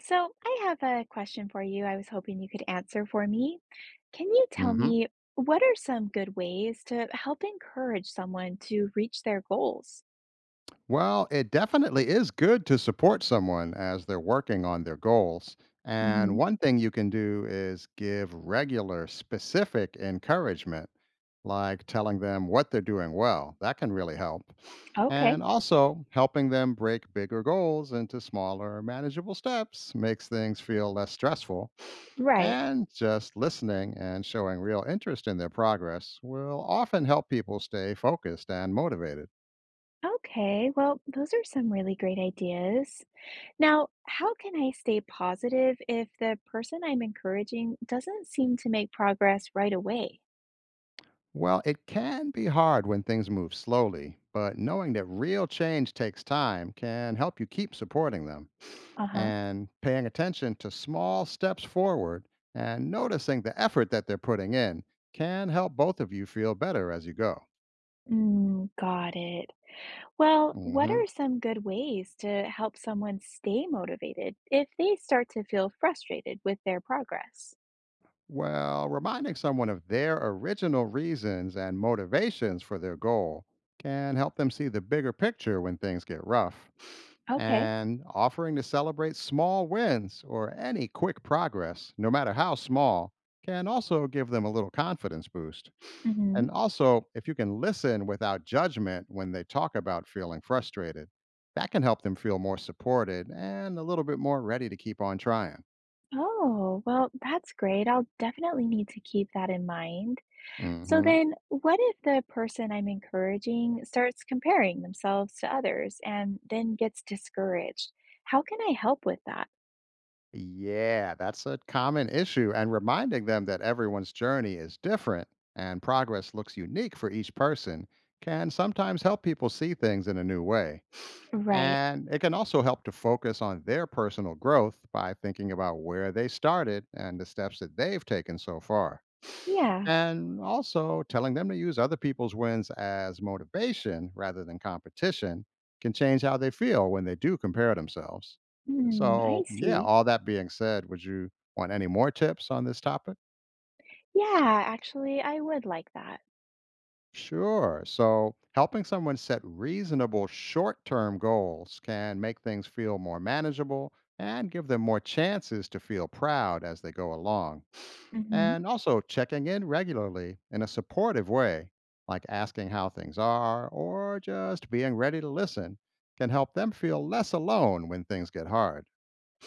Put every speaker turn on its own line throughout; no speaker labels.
So, I have a question for you I was hoping you could answer for me. Can you tell
hmm
me what are some good ways to help encourage someone to reach their goals?
Well, it definitely is good to support someone as they're working on their goals. And
Hmm.
one thing you can do is give regular, specific encouragement, like telling them what they're doing well. That can really help.
Okay,
And also, helping them break bigger goals into smaller, manageable steps makes things feel less stressful.
right.
And just listening and showing real interest in their progress will often help people stay focused and motivated.
Okay, well, those are some really great ideas. Now, how can I stay positive if the person I'm encouraging doesn't seem to make progress right away?
Well, it can be hard when things move slowly, but knowing that real change takes time can help you keep supporting them.
Uh huh.
And paying attention to small steps forward and noticing the effort that they're putting in can help both of you feel better as you go.
Mm, got it. Well, what
Mm-hmm.
are some good ways to help someone stay motivated if they start to feel frustrated with their progress?
Well, reminding someone of their original reasons and motivations for their goal can help them see the bigger picture when things get rough.
Okay.
And offering to celebrate small wins or any quick progress, no matter how small, can also give them a little confidence boost.
Hmm.
And also, if you can listen without judgment when they talk about feeling frustrated, that can help them feel more supported and a little bit more ready to keep on trying.
Oh, well, that's great. I'll definitely need to keep that in mind. So
Hmm.
then, what if the person I'm encouraging starts comparing themselves to others and then gets discouraged? How can I help with that?
Yeah, that's a common issue, and reminding them that everyone's journey is different and progress looks unique for each person can sometimes help people see things in a new way.
Right.
And it can also help to focus on their personal growth by thinking about where they started and the steps that they've taken so far.
Yeah,
And also, telling them to use other people's wins as motivation rather than competition can change how they feel when they do compare themselves.
hmm,
So,
I
yeah,
see.
all that being said, would you want any more tips on this topic?
Yeah, actually, I would like that.
Sure. So, helping someone set reasonable short term goals can make things feel more manageable and give them more chances to feel proud as they go along.
Hmm.
And also checking in regularly in a supportive way, like asking how things are or just being ready to listen, can help them feel less alone when things get hard.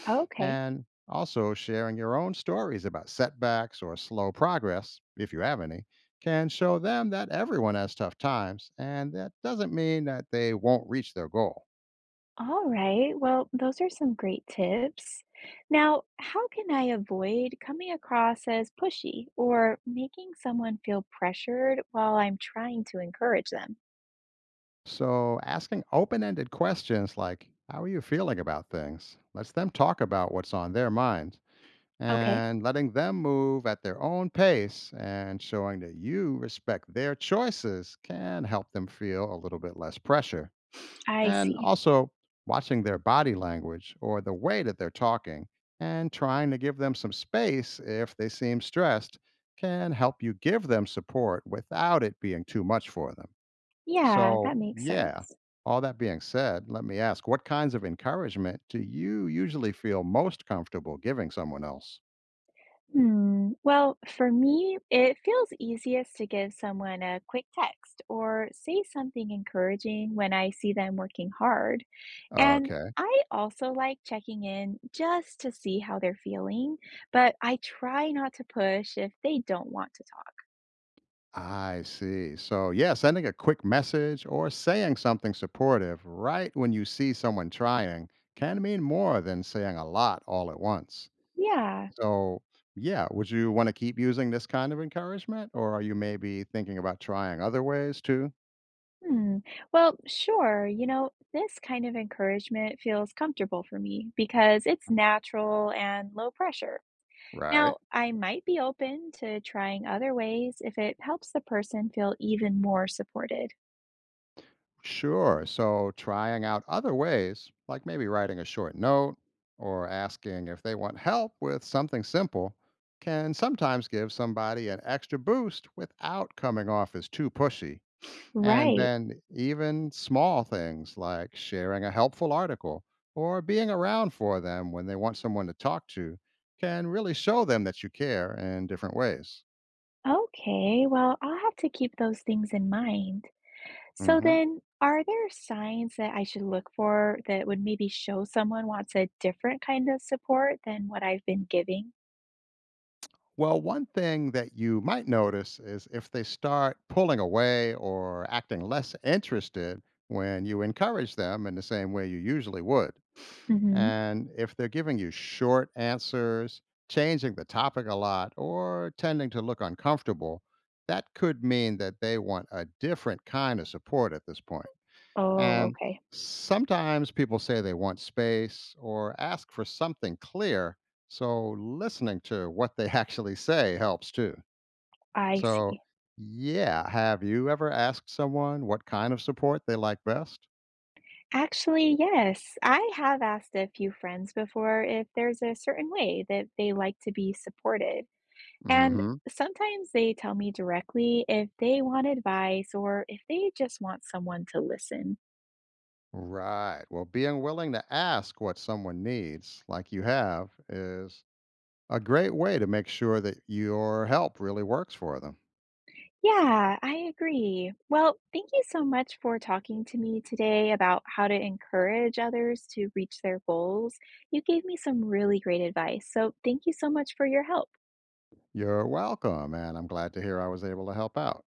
Okay.
And also sharing your own stories about setbacks or slow progress, if you have any, can show them that everyone has tough times and that doesn't mean that they won't reach their goal.
All right. Well, those are some great tips. Now, how can I avoid coming across as pushy or making someone feel pressured while I'm trying to encourage them?
So, asking open ended questions like, "How are you feeling about things?" lets them talk about what's on their mind,
Okay,
and letting them move at their own pace and showing that you respect their choices can help them feel a little bit less pressure.
I
And
see.
also, watching their body language or the way that they're talking and trying to give them some space if they seem stressed can help you give them support without it being too much for them.
Yeah,
So,
that makes
yeah,
sense.
all that being said, let me ask, what kinds of encouragement do you usually feel most comfortable giving someone else?
Hmm. Well, for me, it feels easiest to give someone a quick text or say something encouraging when I see them working hard. And
Okay.
I also like checking in just to see how they're feeling, but I try not to push if they don't want to talk.
I see. So, yeah, sending a quick message or saying something supportive right when you see someone trying can mean more than saying a lot all at once.
Yeah.
So, yeah, would you want to keep using this kind of encouragement, or are you maybe thinking about trying other ways too?
Hmm. Well, sure. You know, this kind of encouragement feels comfortable for me because it's natural and low pressure.
Right.
Now, I might be open to trying other ways if it helps the person feel even more supported.
Sure. So trying out other ways, like maybe writing a short note or asking if they want help with something simple, can sometimes give somebody an extra boost without coming off as too pushy. And
Right.
then even small things like sharing a helpful article or being around for them when they want someone to talk to can really show them that you care in different ways.
Okay. Well, I'll have to keep those things in mind. So
Hmm.
then, are there signs that I should look for that would maybe show someone wants a different kind of support than what I've been giving?
Well, one thing that you might notice is if they start pulling away or acting less interested when you encourage them in the same way you usually would.
Hmm.
And if they're giving you short answers, changing the topic a lot, or tending to look uncomfortable, that could mean that they want a different kind of support at this point.
Oh,
And
okay.
sometimes people say they want space or ask for something clear. So listening to what they actually say helps too.
I
So,
see.
yeah, have you ever asked someone what kind of support they like best?
Actually, yes, I have asked a few friends before if there's a certain way that they like to be supported.
Mm
And
hmm.
sometimes they tell me directly if they want advice or if they just want someone to listen.
Right. Well, being willing to ask what someone needs, like you have, is a great way to make sure that your help really works for them.
Yeah, I agree. Well, thank you so much for talking to me today about how to encourage others to reach their goals. You gave me some really great advice. So, thank you so much for your help.
You're welcome, and I'm glad to hear I was able to help out.